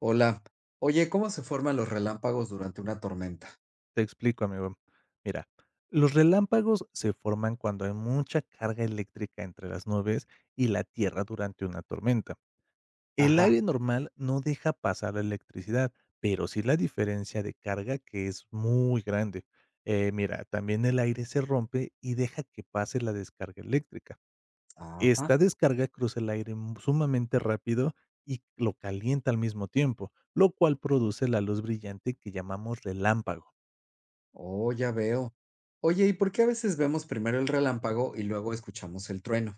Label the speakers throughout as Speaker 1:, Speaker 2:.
Speaker 1: Hola. Oye, ¿cómo se forman los relámpagos durante una tormenta?
Speaker 2: Te explico, amigo. Mira, los relámpagos se forman cuando hay mucha carga eléctrica entre las nubes y la Tierra durante una tormenta. El
Speaker 1: Ajá,
Speaker 2: aire normal no deja pasar la electricidad, pero sí la diferencia de carga que es muy grande. Mira, también el aire se rompe y deja que pase la descarga eléctrica.
Speaker 1: ajá.
Speaker 2: Esta descarga cruza el aire sumamente rápido y lo calienta al mismo tiempo, lo cual produce la luz brillante que llamamos relámpago.
Speaker 1: Oh, ya veo. Oye, ¿y por qué a veces vemos primero el relámpago y luego escuchamos el trueno?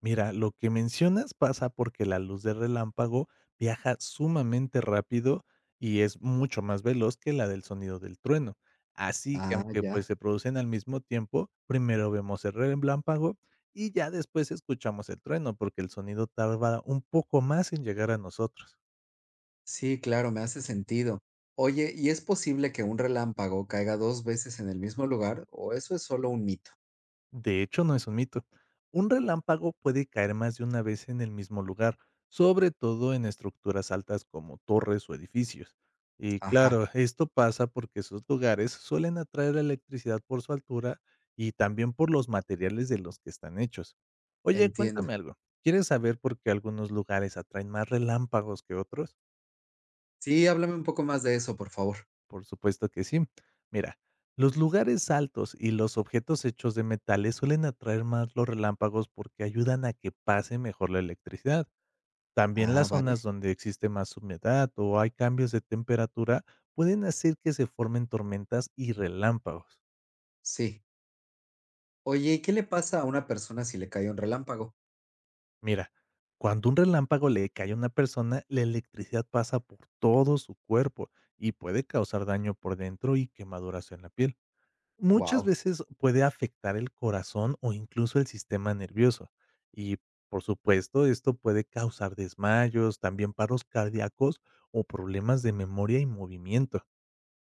Speaker 2: Mira, lo que mencionas pasa porque la luz de relámpago viaja sumamente rápido y es mucho más veloz que la del sonido del trueno. Así que
Speaker 1: Ah,
Speaker 2: aunque pues
Speaker 1: ya.
Speaker 2: se producen al mismo tiempo, primero vemos el relámpago y ya después escuchamos el trueno porque el sonido tarda un poco más en llegar a nosotros.
Speaker 1: Sí, claro, me hace sentido. Oye, ¿y es posible que un relámpago caiga dos veces en el mismo lugar o eso es solo un mito?
Speaker 2: De hecho, no es un mito. Un relámpago puede caer más de una vez en el mismo lugar, sobre todo en estructuras altas como torres o edificios. Y
Speaker 1: Ajá,
Speaker 2: claro, esto pasa porque esos lugares suelen atraer la electricidad por su altura y también por los materiales de los que están hechos. Oye,
Speaker 1: entiendo.
Speaker 2: cuéntame algo. ¿Quieres saber por qué algunos lugares atraen más relámpagos que otros?
Speaker 1: Sí, háblame un poco más de eso, por favor.
Speaker 2: Por supuesto que sí. Mira, los lugares altos y los objetos hechos de metales suelen atraer más los relámpagos porque ayudan a que pase mejor la electricidad. También
Speaker 1: Ah,
Speaker 2: las zonas
Speaker 1: vale.
Speaker 2: donde existe más humedad o hay cambios de temperatura pueden hacer que se formen tormentas y relámpagos.
Speaker 1: Sí. Oye, ¿y qué le pasa a una persona si le cae un relámpago?
Speaker 2: Mira, cuando un relámpago le cae a una persona, la electricidad pasa por todo su cuerpo y puede causar daño por dentro y quemaduras en la piel. Muchas
Speaker 1: Wow,
Speaker 2: veces puede afectar el corazón o incluso el sistema nervioso. Y por supuesto, esto puede causar desmayos, también paros cardíacos o problemas de memoria y movimiento.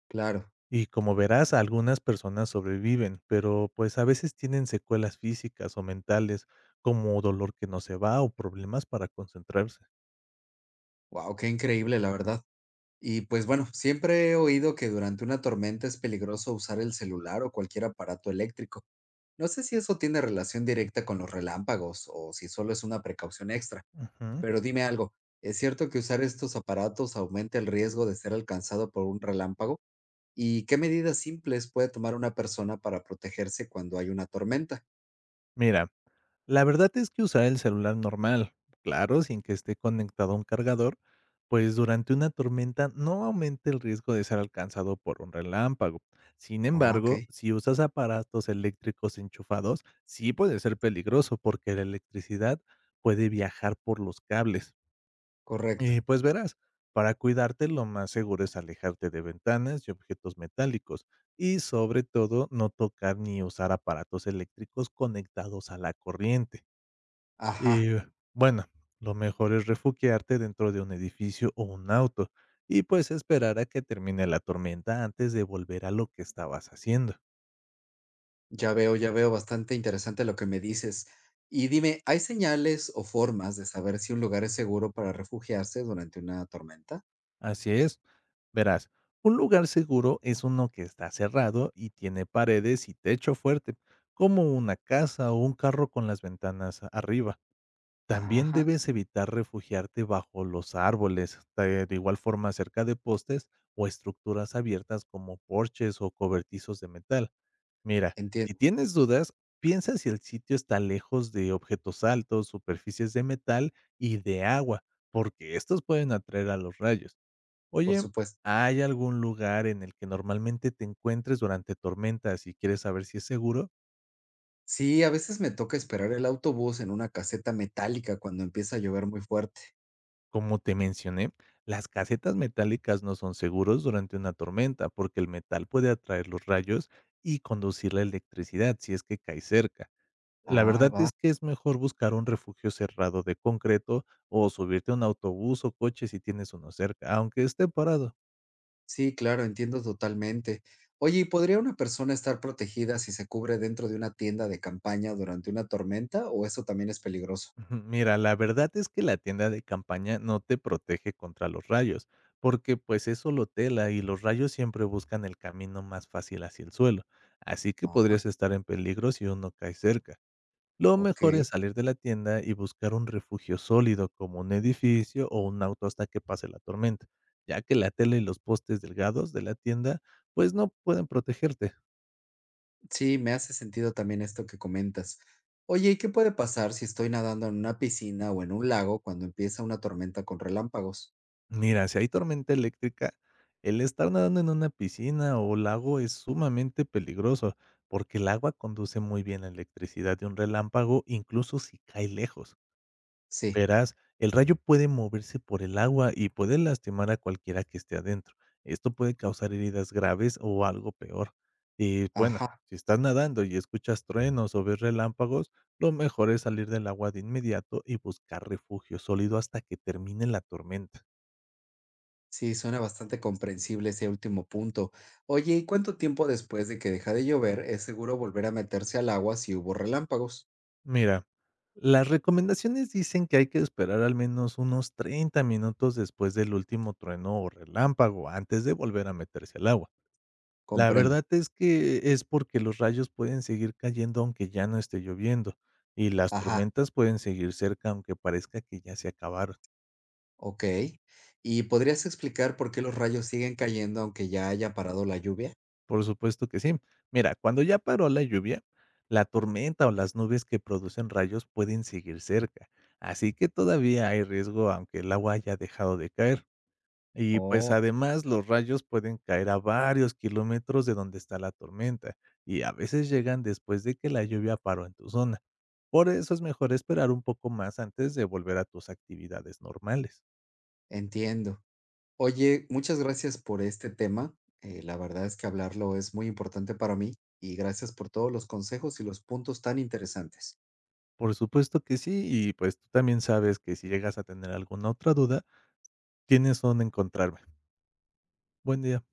Speaker 1: claro.
Speaker 2: Y como verás, algunas personas sobreviven, pero pues a veces tienen secuelas físicas o mentales, como dolor que no se va o problemas para concentrarse.
Speaker 1: Wow, qué increíble, la verdad. Y pues bueno, siempre he oído que durante una tormenta es peligroso usar el celular o cualquier aparato eléctrico. No sé si eso tiene relación directa con los relámpagos o si solo es una precaución extra,
Speaker 2: Ujú.
Speaker 1: pero dime algo, ¿es cierto que usar estos aparatos aumenta el riesgo de ser alcanzado por un relámpago? ¿Y qué medidas simples puede tomar una persona para protegerse cuando hay una tormenta?
Speaker 2: Mira, la verdad es que usar el celular normal, claro, sin que esté conectado a un cargador, pues durante una tormenta no aumenta el riesgo de ser alcanzado por un relámpago. Sin
Speaker 1: Ah, ok,
Speaker 2: embargo, si usas aparatos eléctricos enchufados, sí puede ser peligroso porque la electricidad puede viajar por los cables.
Speaker 1: correcto.
Speaker 2: Y pues verás, para cuidarte lo más seguro es alejarte de ventanas y objetos metálicos y sobre todo no tocar ni usar aparatos eléctricos conectados a la corriente.
Speaker 1: Ajá.
Speaker 2: Y bueno, lo mejor es refugiarte dentro de un edificio o un auto y pues esperar a que termine la tormenta antes de volver a lo que estabas haciendo.
Speaker 1: Ya veo, bastante interesante lo que me dices. Y dime, ¿hay señales o formas de saber si un lugar es seguro para refugiarse durante una tormenta?
Speaker 2: Así es, verás, un lugar seguro es uno que está cerrado y tiene paredes y techo fuerte, como una casa o un carro con las ventanas arriba. También
Speaker 1: Ajá,
Speaker 2: debes evitar refugiarte bajo los árboles, de igual forma cerca de postes o estructuras abiertas como porches o cobertizos de metal. Mira, si
Speaker 1: entiendo,
Speaker 2: tienes dudas, piensa si el sitio está lejos de objetos altos, superficies de metal y de agua, porque estos pueden atraer a los rayos.
Speaker 1: por
Speaker 2: Oye,
Speaker 1: supuesto.
Speaker 2: ¿hay algún lugar en el que normalmente te encuentres durante tormentas y quieres saber si es seguro?
Speaker 1: Sí, a veces me toca esperar el autobús en una caseta metálica cuando empieza a llover muy fuerte.
Speaker 2: Como te mencioné, las casetas metálicas no son seguros durante una tormenta porque el metal puede atraer los rayos y conducir la electricidad si es que cae cerca. La
Speaker 1: Ah,
Speaker 2: verdad
Speaker 1: va.
Speaker 2: es que es mejor buscar un refugio cerrado de concreto o subirte a un autobús o coche si tienes uno cerca, aunque esté parado.
Speaker 1: Sí, claro, entiendo totalmente. Oye, ¿y podría una persona estar protegida si se cubre dentro de una tienda de campaña durante una tormenta o eso también es peligroso?
Speaker 2: Ujú, mira, la verdad es que la tienda de campaña no te protege contra los rayos, porque pues es solo tela y los rayos siempre buscan el camino más fácil hacia el suelo, así que
Speaker 1: Ajá,
Speaker 2: podrías estar en peligro si uno cae cerca. Lo
Speaker 1: ok.
Speaker 2: mejor es salir de la tienda y buscar un refugio sólido como un edificio o un auto hasta que pase la tormenta, ya que la tela y los postes delgados de la tienda pues no pueden protegerte.
Speaker 1: Sí, me hace sentido también esto que comentas. Oye, ¿y qué puede pasar si estoy nadando en una piscina o en un lago cuando empieza una tormenta con relámpagos?
Speaker 2: Mira, si hay tormenta eléctrica, el estar nadando en una piscina o lago es sumamente peligroso, porque el agua conduce muy bien la electricidad de un relámpago incluso si cae lejos.
Speaker 1: Sí,
Speaker 2: Verás, el rayo puede moverse por el agua y puede lastimar a cualquiera que esté adentro. Esto puede causar heridas graves o algo peor. Y bueno,
Speaker 1: ajá,
Speaker 2: si estás nadando y escuchas truenos o ves relámpagos, lo mejor es salir del agua de inmediato y buscar refugio sólido hasta que termine la tormenta.
Speaker 1: sí, suena bastante comprensible ese último punto. Oye, ¿y cuánto tiempo después de que deja de llover es seguro volver a meterse al agua si hubo relámpagos?
Speaker 2: Mira, las recomendaciones dicen que hay que esperar al menos unos 30 minutos después del último trueno o relámpago antes de volver a meterse al agua. La
Speaker 1: Comprendo,
Speaker 2: verdad es que es porque los rayos pueden seguir cayendo aunque ya no esté lloviendo, y las
Speaker 1: ajá,
Speaker 2: tormentas pueden seguir cerca aunque parezca que ya se acabaron.
Speaker 1: ok. ¿Y podrías explicar por qué los rayos siguen cayendo aunque ya haya parado la lluvia?
Speaker 2: Por supuesto que sí. Mira, cuando ya paró la lluvia, la tormenta o las nubes que producen rayos pueden seguir cerca, así que todavía hay riesgo aunque el agua haya dejado de caer. Y, pues,
Speaker 1: Oh,
Speaker 2: además, los rayos pueden caer a varios kilómetros de donde está la tormenta, y a veces llegan después de que la lluvia paró en tu zona. Por eso es mejor esperar un poco más antes de volver a tus actividades normales.
Speaker 1: entiendo. Oye, muchas gracias por este tema. La verdad es que hablarlo es muy importante para mí y gracias por todos los consejos y los puntos tan interesantes.
Speaker 2: Por supuesto que sí, y, pues, tú también sabes que si llegas a tener alguna otra duda, tienes dónde encontrarme. Buen día.